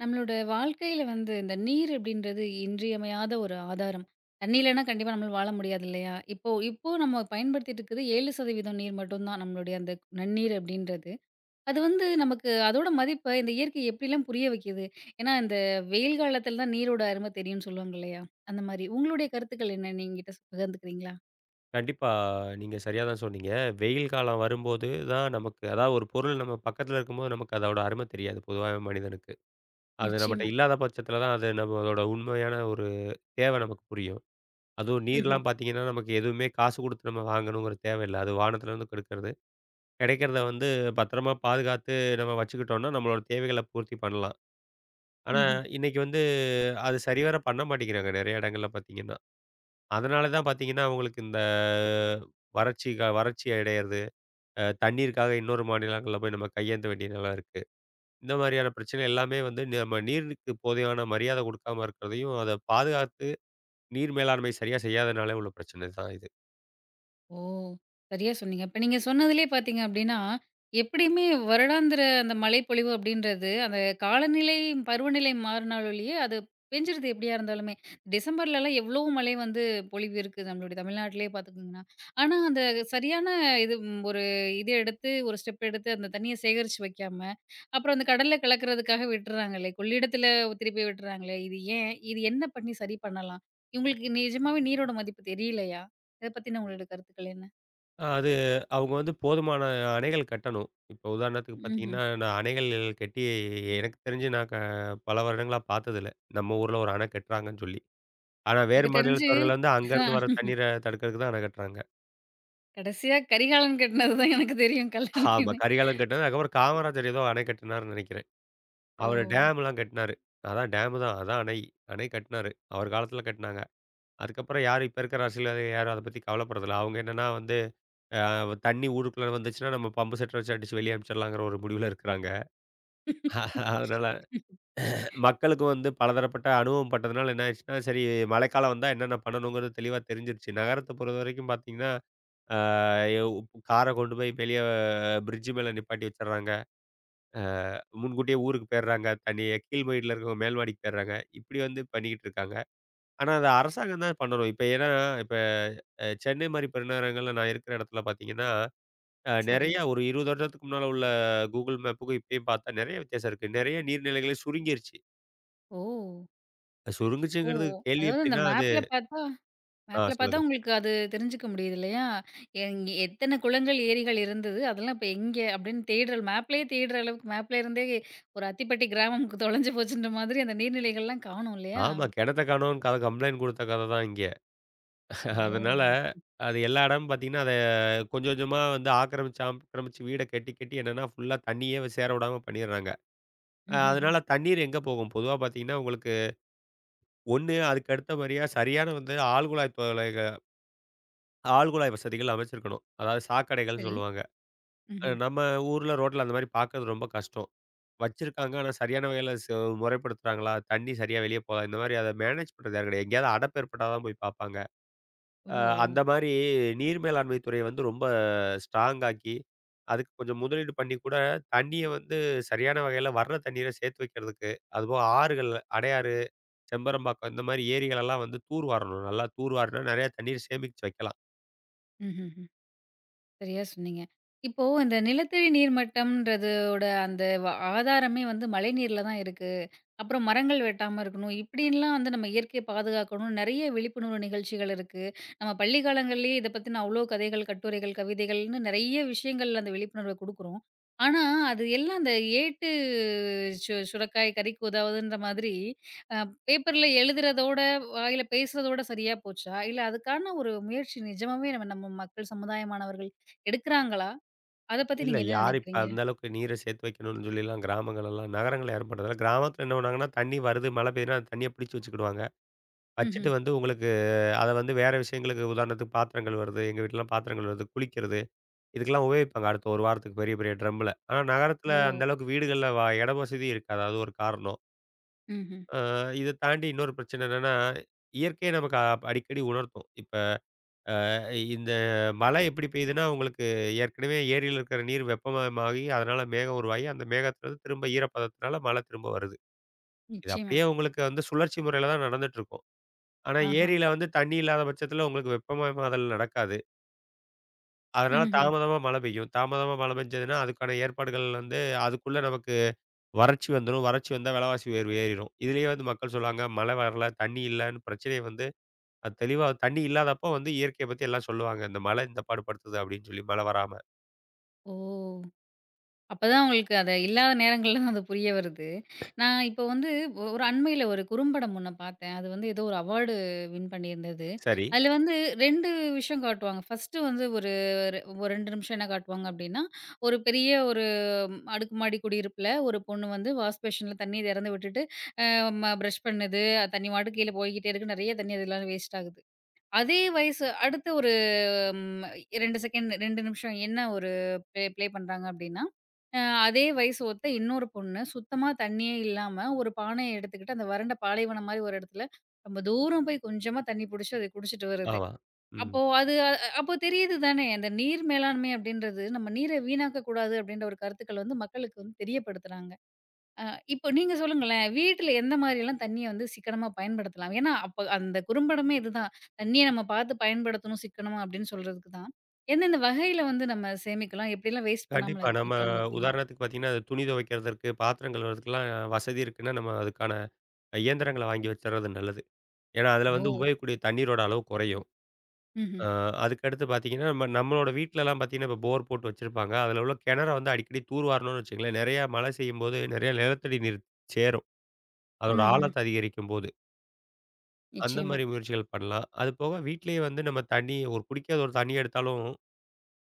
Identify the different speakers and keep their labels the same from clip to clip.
Speaker 1: நம்மளோட வாழ்க்கையில வந்து இந்த நீர் அப்படின்றது இன்றியமையாத ஒரு ஆதாரம். தண்ணி இல்லைன்னா கண்டிப்பா நம்மளால வாழ முடியாது இல்லையா? இப்போ இப்போ நம்ம பயன்படுத்திட்டு இருக்குது 7% நீர் மட்டும் தான் நம்மளுடைய அந்த நன்னீர் அப்படின்றது. அது வந்து நமக்கு அதோட மதிப்ப இந்த இயற்கை எப்படிலாம் புரிய வைக்கிது? ஏன்னா இந்த வெயில் காலத்துல தான் நீரோட அருமை தெரியும்னு சொல்லுவாங்க இல்லையா? அந்த மாரி உங்களுடைய கருத்துக்கள் என்ன? நீங்க என்கிட்ட பகிர்ந்துக்கிறீங்களா?
Speaker 2: கண்டிப்பா. நீங்க சரியா தான் சொன்னீங்க. வெயில் காலம் வரும்போது தான் நமக்கு அதாவது ஒரு பொருள் நம்ம பக்கத்துல இருக்கும்போது நமக்கு அதோட அருமை தெரியாது பொதுவாவே மனிதனுக்கு. அது நம்மட்ட
Speaker 1: நிச்சயமா.
Speaker 2: இல்லாத பட்சத்துல தான் அது நம்மளோட உண்மையான ஒரு தேவை நமக்கு புரியும். அதுவும்
Speaker 1: ம்ஹ்ம்.
Speaker 2: நீர்லாம் பார்த்தீங்கன்னா, நமக்கு எதுவுமே காசு குடுத்து நம்ம வாங்கணுங்கிற தேவையில்ல. அது வானத்துலருந்து கெடைக்கிறது. கெடைக்கிறத வந்து பத்திரமா பாதுகாத்து நம்ம வச்சுக்கிட்டோம்னா, நம்மளோட தேவைகள பூர்த்தி பண்ணலாம். ஆனா,
Speaker 1: ம்ஹ்ம்.
Speaker 2: இன்னைக்கு வந்து அது சரிவர பண்ண மாட்டேங்கிறாங்க நெறைய இடங்கள்ல பார்த்தீங்கன்னா. அதனால தான் பார்த்தீங்கன்னா, அவங்களுக்கு இந்த வறட்சி அடையறது. தண்ணீருக்காக இன்னொரு மாநிலங்கள்ல போய் நம்ம கையேந்த வேண்டிய நிலை இருக்கு. இந்த மாதிரியான பிரச்சனை எல்லாமே வந்து நம்ம நீருக்கு போதையான மரியாதை குடுக்காம இருக்கிறதையும், அத பாதுகாத்து நீர் மேலாண்மை சரியா செய்யாதனாலே உள்ள பிரச்சனை தான் இது.
Speaker 1: ஓ! சரியா சொன்னீங்க. இப்ப நீங்க சொன்னதிலேயே பார்த்தீங்க அப்படின்னா, எப்படியுமே வருடாந்திர அந்த மழைப்பொழிவு அப்படின்றது, அந்த காலநிலை, பருவநிலை மாறுனாலொழிய அது பெஞ்சுறது எப்படியா இருந்தாலுமே. டிசம்பர்லலாம் எவ்வளோ மழை வந்து பொழிவு இருக்குது நம்மளுடைய தமிழ்நாட்டிலேயே பார்த்துக்கிங்கன்னா. ஆனா அந்த சரியான இது ஒரு இது எடுத்து, ஒரு ஸ்டெப் எடுத்து அந்த தண்ணீய சேகரிச்சு வைக்காம, அப்புறம் அந்த கடல்ல கலக்கிறதுக்காக விட்டுறாங்களே, கொள்ளிடத்தில திருப்பி விட்டுறாங்களே, இது ஏன்? இது என்ன பண்ணி சரி பண்ணலாம்? இவங்களுக்கு நிஜமாவே நீரோட மதிப்பு தெரியலையா? இத பத்தின உங்களோட கருத்துக்கள் என்ன?
Speaker 2: அது அவங்க வந்து போதுமான அணைகள் கட்டணும். இப்போ உதாரணத்துக்கு
Speaker 1: ம்ஹ்ம்.
Speaker 2: பார்த்தீங்கன்னா, நான் அணைகள் கட்டி எனக்கு தெரிஞ்சு நான் க பல வருடங்களா பார்த்ததில்ல. நம்ம ஊர்ல ஒரு அணை கட்டுறாங்கன்னு சொல்லி. ஆனா வேறு
Speaker 1: எனக்கு தெரிஞ்சு
Speaker 2: மாநிலத்தவர்கள் வந்து
Speaker 1: ஆ
Speaker 2: அங்கருந்து வர தண்ணீர தடுக்கிறதுக்கு தான் அணை கட்டுறாங்க.
Speaker 1: கடைசியா கரிகாலன் கட்னது தான் எனக்கு தெரியும்
Speaker 2: ஆமா
Speaker 1: கல்லணைன்னு.
Speaker 2: கரிகாலன் கட்டினது. அதுக்கப்புறம் காமராஜர் ஏதோ அணை கட்டினாருன்னு நினைக்கிறேன்.
Speaker 1: ஓ!
Speaker 2: அவரு டேம்லாம் கட்டினாரு. அதான் டேம் தான். அதான் அணை. அணை கட்டினாரு. அவர் காலத்துல கட்டினாங்க. அதுக்கப்புறம் யாரும் இப்ப இருக்கிற அரசியல்வாதிகள் யாரும் அத பத்தி கவலைப்படுறதில்ல. அவங்க என்னன்னா வந்து, அ தண்ணி ஊருக்குள்ள வந்துச்சுன்னா, நம்ம பம்பு செட் வச்சு அடிச்சு வெளிய அனுப்பிச்சிடலாங்கிற ஒரு முடிவுல இருக்கிறாங்க. அதனால மக்களுக்கு வந்து பலதரப்பட்ட அனுபவம் பட்டதுனால என்ன ஆயிடுச்சுன்னா, சரி மழைக்காலம் வந்தா என்னென்ன பண்ணணுங்கிறது தெளிவா தெரிஞ்சிருச்சு. நகரத்த பொறுத்தவரைக்கும் பார்த்தீங்கன்னா, அ எவ் கார கொண்டு போய் வெளிய பிரிட்ஜ் மேல நிப்பாட்டி வச்சுடுறாங்க. முன்கூட்டியே ஊருக்கு போயிடுறாங்க. தனி கீழ் மாடியில இருக்கவங்க மேல் மாடிக்கு போயிடுறாங்க. இப்படி வந்து பண்ணிக்கிட்டு இருக்காங்க. ஆனா அத அரசாங்கம் தான் பண்ணணும். இப்ப ஏன்னா, இப்ப அ சென்னை மாரி பெருநகரங்கள்ல நான் இருக்கிற இடத்துல பார்த்தீங்கன்னா,
Speaker 1: சரி.
Speaker 2: நெறைய ஒரு 20 வருடத்துக்கு முன்னால உள்ள கூகுள் மேப்புக்கும் இப்பயும் பார்த்தா நெறைய வித்தியாசம் இருக்கு. நெறைய நீர்நிலைகளே சுருங்கிருச்சு.
Speaker 1: ஓ! ஓ!
Speaker 2: சுருங்குச்சுங்கிறது கேள்வி
Speaker 1: அதாவது அந்த
Speaker 2: எப்படின்னா அது
Speaker 1: மேப்ல பார்த்தா
Speaker 2: ஆ
Speaker 1: மேப்ல பார்த்தா
Speaker 2: சொல்லுங்க.
Speaker 1: உங்களுக்கு அது தெரிஞ்சுக்க முடியுது இல்லையா? எங் எத்தன குளங்கள், ஏரிகள் இருந்தது, அதெல்லாம் இப்ப எங்க அப்படின்னு தேடுற மேப்லயே தேடுற அளவுக்கு மேப்ல இருந்தே ஒரு அத்திப்பட்டி கிராமம்க்கு தொலைஞ்சு போச்சுன்ற மாதிரி அந்த நீர்நிலைகள்லாம் காணும் இல்லையா?
Speaker 2: ஆமா. கிணத்த காணோம்னு கத கம்ப்ளைண்ட் குடுத்த கத தான் இங்க. அதனால
Speaker 1: ஓ!
Speaker 2: அது எல்லா இடமும் பார்த்தீங்கன்னா, அத கொஞ்சம் கொஞ்சமா வந்து ஆக்கிரமிச்சு, ஆக்கிரமிச்சு வீட கட்டி கட்டி என்னன்னா ஃபுல்லா தண்ணியே சேர விடாம பண்ணிடுறாங்க.
Speaker 1: ம்ஹ்ஹ்ம்.
Speaker 2: அதனால தண்ணீர் எங்க போகும்? பொதுவா பார்த்தீங்கன்னா, உங்களுக்கு 1 அதுக்கு அடுத்தபடியா சரியான வந்து ஆழ்குழாய் வசதிகள் அமைச்சிருக்கணும். அதாவது சாக்கடைகள்னு
Speaker 1: சரி.
Speaker 2: சொல்லுவாங்க.
Speaker 1: ம்ஹ்ம்.
Speaker 2: நம்ம ஊர்ல ரோட்ல அந்த மாரி பார்க்கறது ரொம்ப கஷ்டம். வச்சிருக்காங்க. ஆனா சரியான வகையில முறைப்படுத்துறாங்களா? தண்ணி சரியா வெளிய போதா? இந்த மாரி அத மேனேஜ் பண்றது யாரும் கிடையாது. எங்கேயாவது அடைப்பு ஏற்பட்டா தான் போய் பார்ப்பாங்க.
Speaker 1: ஓ!
Speaker 2: அ அந்த மாரி நீர் மேலாண்மை துறைய வந்து ரொம்ப ஸ்ட்ராங் ஆக்கி, அதுக்கு கொஞ்சம் முதலீடு பண்ணி கூட தண்ணிய வந்து சரியான வகையில வர்ற தண்ணீர சேர்த்து வைக்கிறதுக்கு, அதுபோக ஆறுகள் அடையாறு செம்பரம்பாக்கம் இந்த மாரி ஏரிகளெல்லாம் வந்து தூர் வாரணும். நல்லா தூர் வாருனா நெறைய தண்ணீர் சேமிச்சு வைக்கலாம்.
Speaker 1: ம்ஹ்ம். சரியா சொன்னீங்க. இப்போ இந்த நிலத்தடி நீர் மட்டம்ன்றதோட அந்த வ ஆதாரமே வந்து மழைநீர்ல தான் இருக்கு. அப்புறம் மரங்கள் வெட்டாம இருக்கணும். இப்படின்லாம் வந்து நம்ம இயற்கையை பாதுகாக்கணும். நெறைய விழிப்புணர்வு நிகழ்ச்சிகள் இருக்கு. நம்ம பள்ளி காலங்கள்லேயே இத பத்தின அவ்ளோ கதைகள், கட்டுரைகள், கவிதைகள்னு நெறைய விஷயங்கள் அந்த விழிப்புணர்வ குடுக்குறோம். ஆனா, அது எல்லாம் அந்த ஏட்டு சுரைக்காய் கறிக்கு உதவுதுன்ற மாதிரி அ பேப்பர்ல எழுதுறதோட, வாயில பேசுறதோட சரியா போச்சா? இல்ல அதுக்கான ஒரு முயற்சி நிஜமாவே நம்ம நம்ம மக்கள் சமுதாயமானவர்கள் எடுக்குறாங்களா? அத பத்தி
Speaker 2: இல்ல
Speaker 1: நீங்க என்ன
Speaker 2: யார் இப்ப
Speaker 1: நினைக்கிறீங்க?
Speaker 2: அந்த அளவுக்கு நீர சேர்த்து வைக்கணும்னு சொல்லிலாம் கிராமங்கள் எல்லாம் நகரங்கள்ல யாரும் பண்றதில்ல. கிராமத்துல என்ன பண்ணுவாங்கன்னா, தண்ணி வருது மழை பெய்யுதுன்னா, அந்த தண்ணிய பிடிச்சு வச்சுக்கிடுவாங்க.
Speaker 1: ம்ஹ்ம்.
Speaker 2: வச்சுட்டு வந்து உங்களுக்கு அத வந்து வேற விஷயங்களுக்கு உதாரணத்துக்கு பாத்திரம் கழுவுறது, எங்க வீட்லலாம் பாத்திரம் கழுவுறது, குளிக்கிறது இதுக்கெல்லாம் உபயோகிப்பாங்க அடுத்த 1 வாரத்துக்கு பெரிய பெரிய ட்ரம்ல. ஆனா நகரத்துல
Speaker 1: ஓ!
Speaker 2: அந்த அளவுக்கு வீடுகள்ல இட வசதி இருக்காது. அது ஒரு காரணம்.
Speaker 1: ம்ஹ்ம்.
Speaker 2: அ இத தாண்டி இன்னொரு பிரச்சனை என்னன்னா, இயற்கையை நமக்கு அடிக்கடி உணர்த்தும். இப்ப இந்த மழை எப்படி பெய்யுதுன்னா, உங்களுக்கு ஏற்கனவே ஏரியில இருக்கிற நீர் வெப்பமயமாகி, அதனால மேகம் உருவாகி, அந்த மேகத்துலருந்து திரும்ப ஈரப்பதத்தினால மழை திரும்ப வருது. இது
Speaker 1: நிச்சயமா.
Speaker 2: அப்படியே உங்களுக்கு வந்து சுழற்சி முறையில தான் நடந்துட்டுருக்கும். ஆனா,
Speaker 1: ஆஹா.
Speaker 2: ஏரியில வந்து தண்ணி இல்லாத பட்சத்தில உங்களுக்கு வெப்பமயமாதல் நடக்காது. அதனால
Speaker 1: ம்ஹ்ம்.
Speaker 2: தாமதமா மழை பெய்யும். தாமதமா மழை பெஞ்சதுன்னா, அதுக்கான ஏற்பாடுகள் வந்து அதுக்குள்ள நமக்கு வறட்சி வந்துரும். வறட்சி வந்தா விலைவாசி உயர்வு ஏறிரும். இதுலயே வந்து மக்கள் சொல்லுவாங்க, மழை வரல, தண்ணி இல்லன்னு பிரச்சனைய வந்து அது தெளிவா தண்ணி இல்லாதப்போ வந்து இயற்கைய பத்தி எல்லாம் சொல்லுவாங்க. இந்த மழை இந்த பாடு படுத்துது அப்படின்னு சொல்லி மழை வராம.
Speaker 1: ஓ! அப்பதான் உங்களுக்கு அது இல்லாத நேரங்கள்ல தான் அது புரிய வருது. நான் இப்போ வந்து ஒரு அண்மையில ஒரு குறும்படம் ஒண்ணு பார்த்தேன். அது வந்து ஏதோ ஒரு அவார்டு வின் பண்ணியிருந்தது.
Speaker 2: சரி.
Speaker 1: அதுல வந்து 2 விஷயம் காட்டுவாங்க. ஃபர்ஸ்ட்டு வந்து ஒரு ஒரு ஒரு 2 நிமிஷம் என்ன காட்டுவாங்க அப்டின்னா, ஒரு பெரிய ஒரு ம், அடுக்குமாடி குடியிருப்புல ஒரு பொண்ணு வந்து வாஷ் பேஷன்ல தண்ணீ திறந்து விட்டுட்டு, அ ம பிரஷ் பண்ணுது. அது தண்ணி பாட்டுக்கு கீழ போய்க்கிட்டே இருக்கு. நெறைய தண்ணி அதெல்லாம் வேஸ்ட் ஆகுது. அதே வயசு அடுத்து ஒரு ம், 2 செகண்ட் 2 நிமிஷம் என்ன ஒரு ப்ளே ப்ளே பண்றாங்க அப்டின்னா, அ அதே வயசு ஒத்த இன்னொரு பொண்ணு சுத்தமா தண்ணியே இல்லாம ஒரு பானைய எடுத்துக்கிட்டு அந்த வறண்ட பாலைவனம் மாரி ஒரு இடத்துல ரொம்ப தூரம் போய் கொஞ்சமா தண்ணி புடிச்சு அத குடிச்சிட்டு வருது.
Speaker 2: ஆமா. ம்.
Speaker 1: அப்போ அது அ அ- அப்போ தெரியுது தானே, அந்த நீர் மேலாண்மை அப்டின்றது நம்ம நீர வீணாக்க கூடாது அப்டின்ற ஒரு கருத்துக்கள் வந்து மக்களுக்கு வந்து தெரியப்படுத்துறாங்க. அ இப்போ நீங்க சொல்லுங்களேன். வீட்ல எந்த மாரியெல்லாம் தண்ணீய வந்து சிக்கனமா பயன்படுத்தலாம்? ஏன்னா, அப்ப அந்த குறும்படமே இதுதான். தண்ணீய நம்ம பார்த்து பயன்படுத்தணும் சிக்கனமா அப்படின்னு சொல்றதுக்கு தான். எந்தெந்த வகையில வந்து நம்ம சேமிக்கலாம்? எப்படிலாம் வேஸ்ட் பண்ணாமல
Speaker 2: கண்டிப்பா.
Speaker 1: இரு
Speaker 2: நம்ம
Speaker 1: இருக்கலாம்னு நினைக்கிறீங்க?
Speaker 2: உதாரணத்துக்கு பார்த்தீங்கன்னா, அது துணி துவைக்கிறதற்கு, பாத்திரம் கழுவுறதுக்குலாம் வசதி இருக்குன்னா, நம்ம அதுக்கான இயந்திரங்கள வாங்கி வச்சுறது நல்லது. ஏன்னா, அதில
Speaker 1: ஓ!
Speaker 2: வந்து உபயோகிக்கக்கூடிய தண்ணீரோட அளவு குறையும்.
Speaker 1: ம்ஹ்ம்.
Speaker 2: அ அதுக்கடுத்து பார்த்தீங்கன்னா, நம்ம நம்மளோட வீட்லலாம் பார்த்தீங்கன்னா, இப்போ போர் போட்டு வச்சிருப்பாங்க. அதில உள்ள கிணற வந்து அடிக்கடி தூர்வாரணும்னு வச்சுக்கங்களேன். நிறையா மழை செய்யும்போது, நிறைய நிலத்தடி நீர் சேரும். அதோட
Speaker 1: ம்ஹ்ம்.
Speaker 2: ஆழத்த அதிகரிக்கும்போது. அந்த
Speaker 1: நிச்சயமா,
Speaker 2: மாரி முயற்சிகள் பண்ணலாம். அது போக வீட்லயே வந்து நம்ம தண்ணி ஒரு குடிக்காத ஒரு தண்ணி எடுத்தாலும்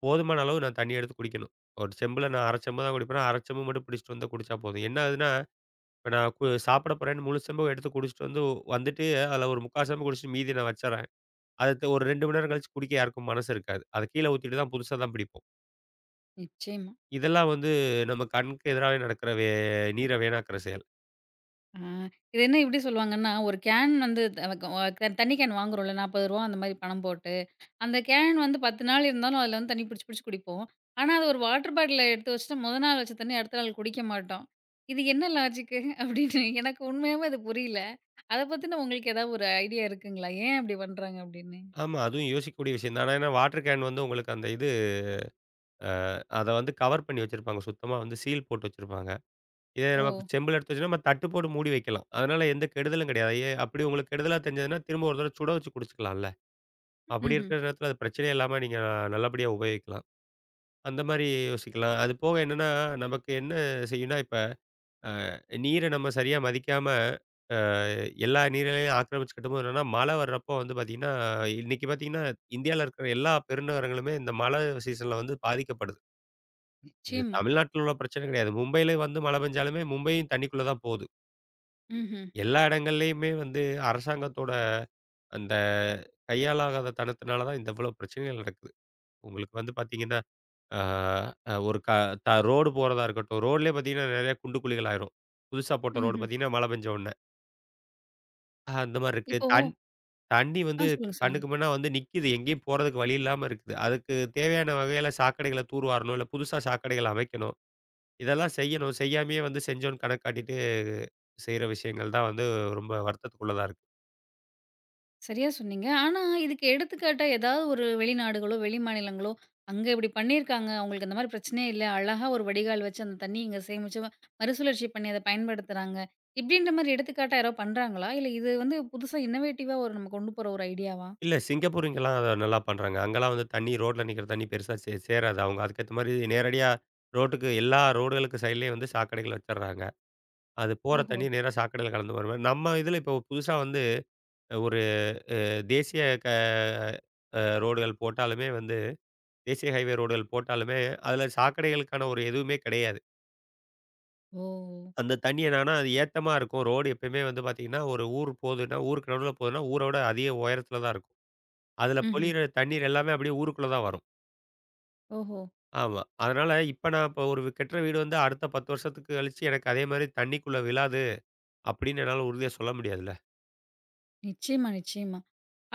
Speaker 2: போதுமான அளவு நான் தண்ணி எடுத்து குடிக்கணும். ஒரு செம்புல நான் 1/2 செம்பு தான் குடிப்பேன். 1/2 செம்பு மட்டும் பிடிச்சிட்டு வந்தா குடிச்சா போதும். என்ன ஆகுதுன்னா, இப்ப நான் சாப்பிட போறேன்னு முழு செம்பு எடுத்து குடிச்சிட்டு வந்துட்டு, அதில ஒரு 1/4 செம்பு குடிச்சிட்டு மீதிய நான் வச்சுர்றேன். அடுத்து ஒரு 2 மணி நேரம் கழிச்சு குடிக்க யாருக்கும் மனசு இருக்காது. அத கீழ ஊத்திட்டு தான் புதுசா தான் பிடிப்போம்.
Speaker 1: நிச்சயமா.
Speaker 2: இதெல்லாம் வந்து நம்ம கண்ணுக்கு எதிராவே நடக்கிற நீர வீணாக்குற செயல்.
Speaker 1: ஆ இது என்ன இப்படி சொல்லுவாங்கன்னா, ஒரு கேன் வந்து த வக்க- வ க தண்ணி கேன் வாங்குறோம்ல ரூ. 40 அந்த மாரி பணம் போட்டு அந்த கேன் வந்து 10 நாள் இருந்தாலும் அதில வந்து தண்ணி பிடிச்சு, பிடிச்சு குடிப்போம். ஆனா, அது ஒரு வாட்டர் பாட்டில்ல எடுத்து வச்சுட்டு மொத நாள் வச்ச தண்ணி அடுத்த நாள் குடிக்க மாட்டோம். இது என்ன லாஜிக்கு? அப்படின்னு எனக்கு உண்மையாவே அது புரியல. அத பத்தின உங்களுக்கு ஏதாவது ஒரு ஐடியா இருக்குங்களா? ஏன் அப்படி பண்றாங்க அப்படின்னு?
Speaker 2: ஆமா, அதுவும் யோசிக்கக்கூடிய விஷயம் தான். ஆனா, ஏன்னா வாட்டர் கேன் வந்து உங்களுக்கு அந்த இது அத வந்து கவர் பண்ணி வச்சிருப்பாங்க. சுத்தமா வந்து சீல் போட்டு வச்சிருப்பாங்க. இதே
Speaker 1: ஓ!
Speaker 2: நமக்கு செம்புல எடுத்து வச்சோம்னா, நம்ம தட்டு போட்டு மூடி வைக்கலாம். அதனால எந்த கெடுதலும் கிடையாது. அப்படி உங்களுக்கு கெடுதலா தெரிஞ்சதுன்னா, திரும்ப ஒரு தடவ சுட வச்சு குடிச்சுக்கலாம்ல. அப்படி
Speaker 1: ம்ஹ்ம்.
Speaker 2: இருக்கிற நேரத்தில அது பிரச்சனையே இல்லாம நீங்க நல்லபடியா உபயோகிக்கலாம். அந்த மாரி யோசிக்கலாம். அது போக என்னன்னா, நமக்கு என்ன செய்யும்னா, இப்ப அ நீரை நம்ம சரியா மதிக்காம, அ எல்லா நீரையும் ஆக்கிரமிச்சுக்கிட்டமும் என்னன்னா, மழை வர்றப்போ வந்து பார்த்தீங்கன்னா, இன்னைக்கு பார்த்தீங்கன்னா, இந்தியால இருக்கிற எல்லா பெருநகரங்களுமே இந்த மழை சீசன்ல வந்து பாதிக்கப்படுது. இது
Speaker 1: நிச்சயமா.
Speaker 2: தமிழ்நாட்டில உள்ள பிரச்சனை கிடையாது. மும்பையில வந்து மழை பெஞ்சாலுமே மும்பையும் தண்ணிக்குள்ள தான் போது.
Speaker 1: ம்ஹ்ம்.
Speaker 2: எல்லா இடங்கள்லயுமே வந்து அரசாங்கத்தோட அந்த கையாலாகாத தனத்தினால தான் இந்த இவ்வளோ பிரச்சனைகள் நடக்குது. உங்களுக்கு வந்து பார்த்தீங்கன்னா, ஆ அ ஒரு க த ரோடு போறதா இருக்கட்டும், ரோட்லயே பார்த்தீங்கன்னா நெறைய குண்டு குழிகள் ஆயிரும். புதுசா போட்ட ரோடு
Speaker 1: ம்ஹ்ம்.
Speaker 2: பார்த்தீங்கன்னா, மழை பெஞ்ச உடனே. அந்த மாரி இருக்கு.
Speaker 1: இப்போ
Speaker 2: தண்ணி
Speaker 1: ஆ
Speaker 2: வந்து
Speaker 1: சொல்லுங்க, சொல்லுங்க.
Speaker 2: கண்ணுக்கு முன்னா வந்து நிக்கிது. எங்கேயும் போறதுக்கு வழி இல்லாம இருக்குது. அதுக்கு தேவையான வகையில சாக்கடைகள தூர்வாரணும், இல்ல புதுசா சாக்கடைகள் அமைக்கணும். இதெல்லாம் செய்யணும். செய்யாமயே வந்து செஞ்சோன்னு கணக்கு காட்டிட்டு செய்ற விஷயங்கள் தான் வந்து ரொம்ப வருத்தத்துக்குள்ளதா இருக்கு.
Speaker 1: சரியா சொன்னீங்க. ஆனா, இதுக்கு எடுத்துக்காட்டா ஏதாவது ஒரு வெளிநாடுகளோ, வெளி மாநிலங்களோ, அங்க இப்படி பண்ணியிருக்காங்க. அவங்களுக்கு அந்த மாரி பிரச்சனையே இல்ல. அழகா ஒரு வடிகால் வச்சு அந்த தண்ணி இங்க சேமிச்சு மறுசுழற்சி பண்ணி அத பயன்படுத்துறாங்க. இப்படின்ற மாரி எடுத்துக்காட்டா யாரோ பண்றாங்களா? இல்ல இது வந்து புதுசா இன்னோவேட்டிவா ஒரு நம்ம கொண்டு போற ஒரு ஐடியாவா?
Speaker 2: இல்ல சிங்கப்பூர், இங்கலாம் அத நல்லா பண்றாங்க. அங்கலாம் வந்து தண்ணி ரோட்ல நிக்கிற தண்ணி பெருசா சேராது. அவங்க அதுக்கேத்த மாரி நேரடியா ரோட்டுக்கு எல்லா ரோடுகளுக்கு சைட்லயும் வந்து சாக்கடைகள் வச்சர்றாங்க. அது போற
Speaker 1: ஓஹோ!
Speaker 2: தண்ணி நேரா சாக்கடையில கலந்து போற மாரி. நம்ம இதுல இப்போ புதுசா வந்து ஒரு அ தேசிய க அ ரோடுகள் போட்டாலுமே வந்து தேசிய ஹைவே ரோடுகள் போட்டாலுமே, அதுல சாக்கடைகளுக்கான ஒரு எதுவுமே கிடையாது.
Speaker 1: ஓ!
Speaker 2: அந்த தண்ணி என்னன்னா, அது ஏத்தமா இருக்கும். ரோடு எப்பயுமே வந்து பார்த்தீங்கன்னா, ஒரு ஊர் போகுதுன்னா, ஊருக்கு நடுவுல போகுதுன்னா, ஊர விட அதிக உயரத்துல தான் இருக்கும். அதுல
Speaker 1: ம்ஹ்ம்.
Speaker 2: பொழியிற தண்ணீர் எல்லாமே அப்படியே ஊருக்குள்ள தான் வரும்.
Speaker 1: ஓஹோ!
Speaker 2: ஆமா. அதனால இப்ப நான் இப்ப ஒரு கட்டுற வீடு வந்து அடுத்த 10 வருஷத்துக்கு கழிச்சு எனக்கு அதே மாரி தண்ணிக்குள்ள விழாது அப்படின்னு என்னால உறுதியா சொல்ல முடியாதுல்ல.
Speaker 1: நிச்சயமா, நிச்சயமா.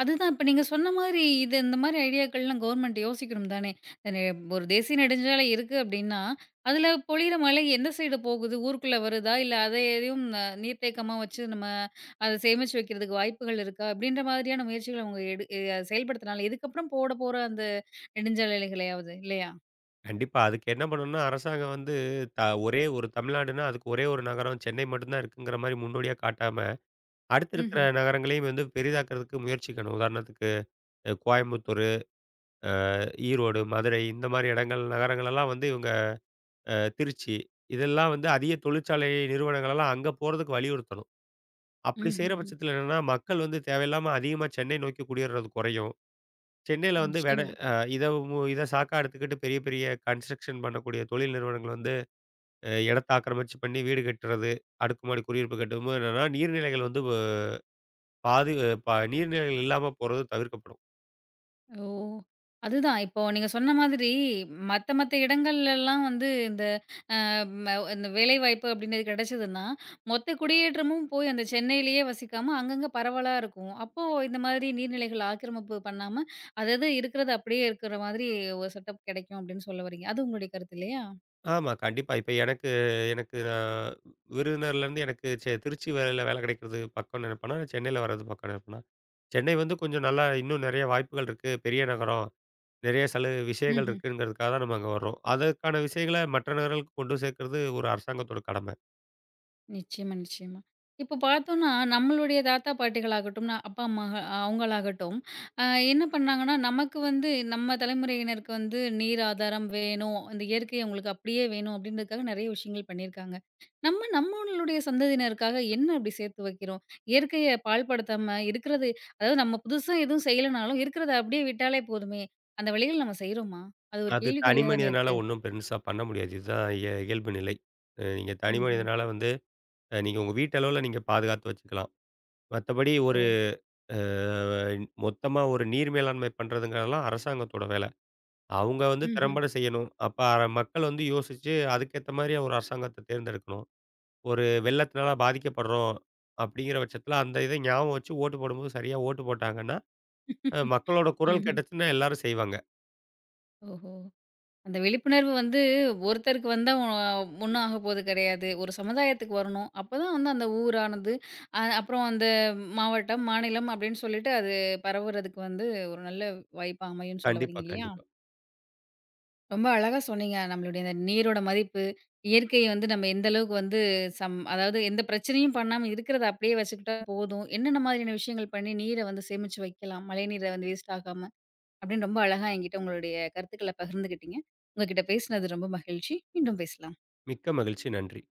Speaker 1: அதுதான் இப்ப நீங்க சொன்ன மாதிரி இது இந்த மாதிரி ஐடியாக்கள்லாம் கவர்மெண்ட் யோசிக்கணும் தானே. அ ஒரு தேசிய நெடுஞ்சாலை இருக்கு அப்டின்னா, அதுல பொழியிற மழை எந்த சைடு போகுது? ஊருக்குள்ள வருதா? இல்ல அத எதையும் அ நீர்த்தேக்கமா வச்சு நம்ம அத சேமிச்சு வைக்கிறதுக்கு வாய்ப்புகள் இருக்கா? அப்படின்ற மாதிரியான முயற்சிகள் அவங்க எடு அ செயல்படுத்தினால, இதுக்கப்புறம் போட போற அந்த நெடுஞ்சாலைகளையாவது இல்லையா?
Speaker 2: கண்டிப்பா அதுக்கு என்ன பண்ணணும்னா அரசாங்கம் வந்து த ஒரே ஒரு தமிழ்நாடுன்னா அதுக்கு ஒரே ஒரு நகரம் சென்னை மட்டும் தான் இருக்குங்கிற மாரி முன்னோடியா காட்டாம, அடுத்து இருக்கிற
Speaker 1: ம்ஹ்ம்.
Speaker 2: நகரங்களையும் வந்து பெரிதாக்கிறதுக்கு முயற்சிக்கணும். உதாரணத்துக்கு கோயம்புத்தூரு, ஈரோடு, மதுரை இந்த மாரி இடங்கள் நகரங்கள் எல்லாம் வந்து இவங்க திருச்சி இதெல்லாம் வந்து அதிக தொழிற்சாலை நிறுவனங்கள் எல்லாம் அங்க போறதுக்கு வலியுறுத்தணும். அப்படி செய்ற
Speaker 1: ம்ஹ்ஹ்ம்.
Speaker 2: பட்சத்தில என்னன்னா, மக்கள் வந்து தேவையில்லாம அதிகமா சென்னை நோக்கி குடியேறது குறையும். சென்னையில வந்து வெட
Speaker 1: நிச்சயமா.
Speaker 2: அ இத மு இத சாக்கா எடுத்துக்கிட்டு பெரிய, பெரிய கன்ஸ்ட்ரக்ஷன் பண்ணக்கூடிய தொழில் நிறுவனங்கள் வந்து இடத்த ஆக்கிரமிச்சு பண்ணி வீடு கட்டுறது, அடுக்குமாடி குடியிருப்பு கட்டும்போது என்னன்னா, நீர்நிலைகள் வந்து வ பாதி ப நீர்நிலைகள் இல்லாம போறது தவிர்க்கப்படும்.
Speaker 1: ஓ! அதுதான் இப்போ நீங்க சொன்ன மாதிரி மத்த மத்த இடங்கள்லலாம் வந்து இந்த இந்த வேலைவாய்ப்பு அப்படின்றது கிடைச்சதுன்னா, மொத்த குடியேற்றமும் போய் அந்த சென்னையிலேயே வசிக்காம, அங்கங்க பரவலா இருக்கும். அப்போ இந்த மாதிரி நீர்நிலைகள் ஆக்கிரமிப்பு பண்ணாம, அதது இருக்கிறது அப்படியே இருக்கிற மாதிரி ஒரு செட்டப் கிடைக்கும் அப்படின்னு சொல்ல வர்றீங்க. அது உங்களுடைய கருத்து இல்லையா?
Speaker 2: ஆமா, கண்டிப்பா. இப்ப எனக்கு எனக்கு நான் விருதுநகர்லேருந்து எனக்கு திருச்சி வேலை கிடைக்கிறது பக்கம்னு நினைப்பேனா, சென்னையில வர்றது பக்கம்னு நினைப்பேனா. சென்னை வந்து கொஞ்சம் நல்லா இன்னும் நெறைய வாய்ப்புகள் இருக்கு. பெரிய நகரம். நிறைய விஷயங்கள் இருக்குங்கிறதுக்காக தான் நம்ம அங்க வர்றோம். அதற்கான விஷயங்கள மற்ற நகரங்களுக்கு கொண்டு சேர்க்கிறது ஒரு அரசாங்கத்தோட கடமை.
Speaker 1: நிச்சயமா, நிச்சயமா. இப்ப பார்த்தோம்னா, நம்மளுடைய தாத்தா பாட்டிகளாகட்டும், அப்பா, அம்மா அவங்களாகட்டும், அ என்ன பண்ணாங்கன்னா, நமக்கு வந்து நம்ம தலைமுறையினருக்கு வந்து நீர் ஆதாரம் வேணும், இந்த இயற்கை அவங்களுக்கு அப்படியே வேணும் அப்படின்றதுக்காக நெறைய விஷயங்கள் பண்ணியிருக்காங்க. நம்மளுடைய சந்ததியினருக்காக என்ன அப்படி சேர்த்து வைக்கிறோம்? இயற்கைய பாழ்படுத்தாம இருக்கிறது அதாவது நம்ம புதுசா எதுவும் செய்யலனாலும் இருக்கிறத அப்படியே விட்டாலே போதுமே! அந்த வழிகள் நம்ம செய்றோமா? அது ஒரு
Speaker 2: அது தனி
Speaker 1: கேள்விக்குறியா தானே
Speaker 2: மனிதனால
Speaker 1: இருக்கு.
Speaker 2: ஒண்ணும் பெருசா பண்ண முடியாது. இதுதான் இயல்பு நிலை. நீங்க தனி
Speaker 1: ம்ஹ்ம்.
Speaker 2: மனிதனால வந்து நீங்க உங்க வீட்டளவுல நீங்க பாதுகாத்து வச்சுக்கலாம். மத்தபடி
Speaker 1: ஓ!
Speaker 2: ஒரு அ மொத்தமா ஒரு நீர் மேலாண்மை பண்றதுங்கிறதெல்லாம் அரசாங்கத்தோட வேலை. அவங்க வந்து
Speaker 1: ம்ஹ்ம்.
Speaker 2: திறம்பட செய்யணும். அப்ப மக்கள் வந்து யோசிச்சு அதுக்கேத்த மாரி ஒரு அரசாங்கத்த தேர்ந்தெடுக்கணும். ஒரு வெள்ளத்தினால பாதிக்கப்படுறோம் அப்படிங்கிற பட்சத்தில அந்த இத ஞாபகம் வச்சு ஓட்டு போடும்போது சரியா ஓட்டு போட்டாங்கன்னா மக்களோட குரல்
Speaker 1: ம்ஹ்ம்.
Speaker 2: கேட்டுச்சுன்னா எல்லாரும் செய்வாங்க.
Speaker 1: ஓஹோ! அந்த விழிப்புணர்வு வந்து ஒருத்தருக்கு வந்தா ஒண்ணும் ஆக போது கிடையாது. ஒரு சமுதாயத்துக்கு வரணும். அப்பதான் வந்து அந்த ஊரானது, அ அப்புறம் அந்த மாவட்டம், மாநிலம் அப்படின்னு சொல்லிட்டு அது பரவுறதுக்கு வந்து ஒரு நல்ல வாய்ப்பா அமையும்ன்னு சொல்ல
Speaker 2: கண்டிப்பா,
Speaker 1: வரீங்க இல்லையா?
Speaker 2: கண்டிப்பா.
Speaker 1: ரொம்ப அழகா சொன்னீங்க. நம்மளுடைய இந்த நீரோட மதிப்பு, இயற்கையை வந்து நம்ம எந்த அளவுக்கு வந்து அதாவது எந்த பிரச்சனையும் பண்ணாம இருக்கிறத அப்படியே வச்சுக்கிட்டா போதும். என்னென்ன மாதிரியான விஷயங்கள் பண்ணி நீரை வந்து சேமிச்சு வைக்கலாம்? மழைநீரை வந்து வேஸ்ட் ஆகாம அப்படின்னு ரொம்ப அழகா என்கிட்ட உங்களுடைய கருத்துக்கள பகிர்ந்துக்கிட்டீங்க. உங்ககிட்ட பேசினது ரொம்ப மகிழ்ச்சி. மீண்டும் பேசலாம்.
Speaker 2: மிக்க மகிழ்ச்சி. நன்றி.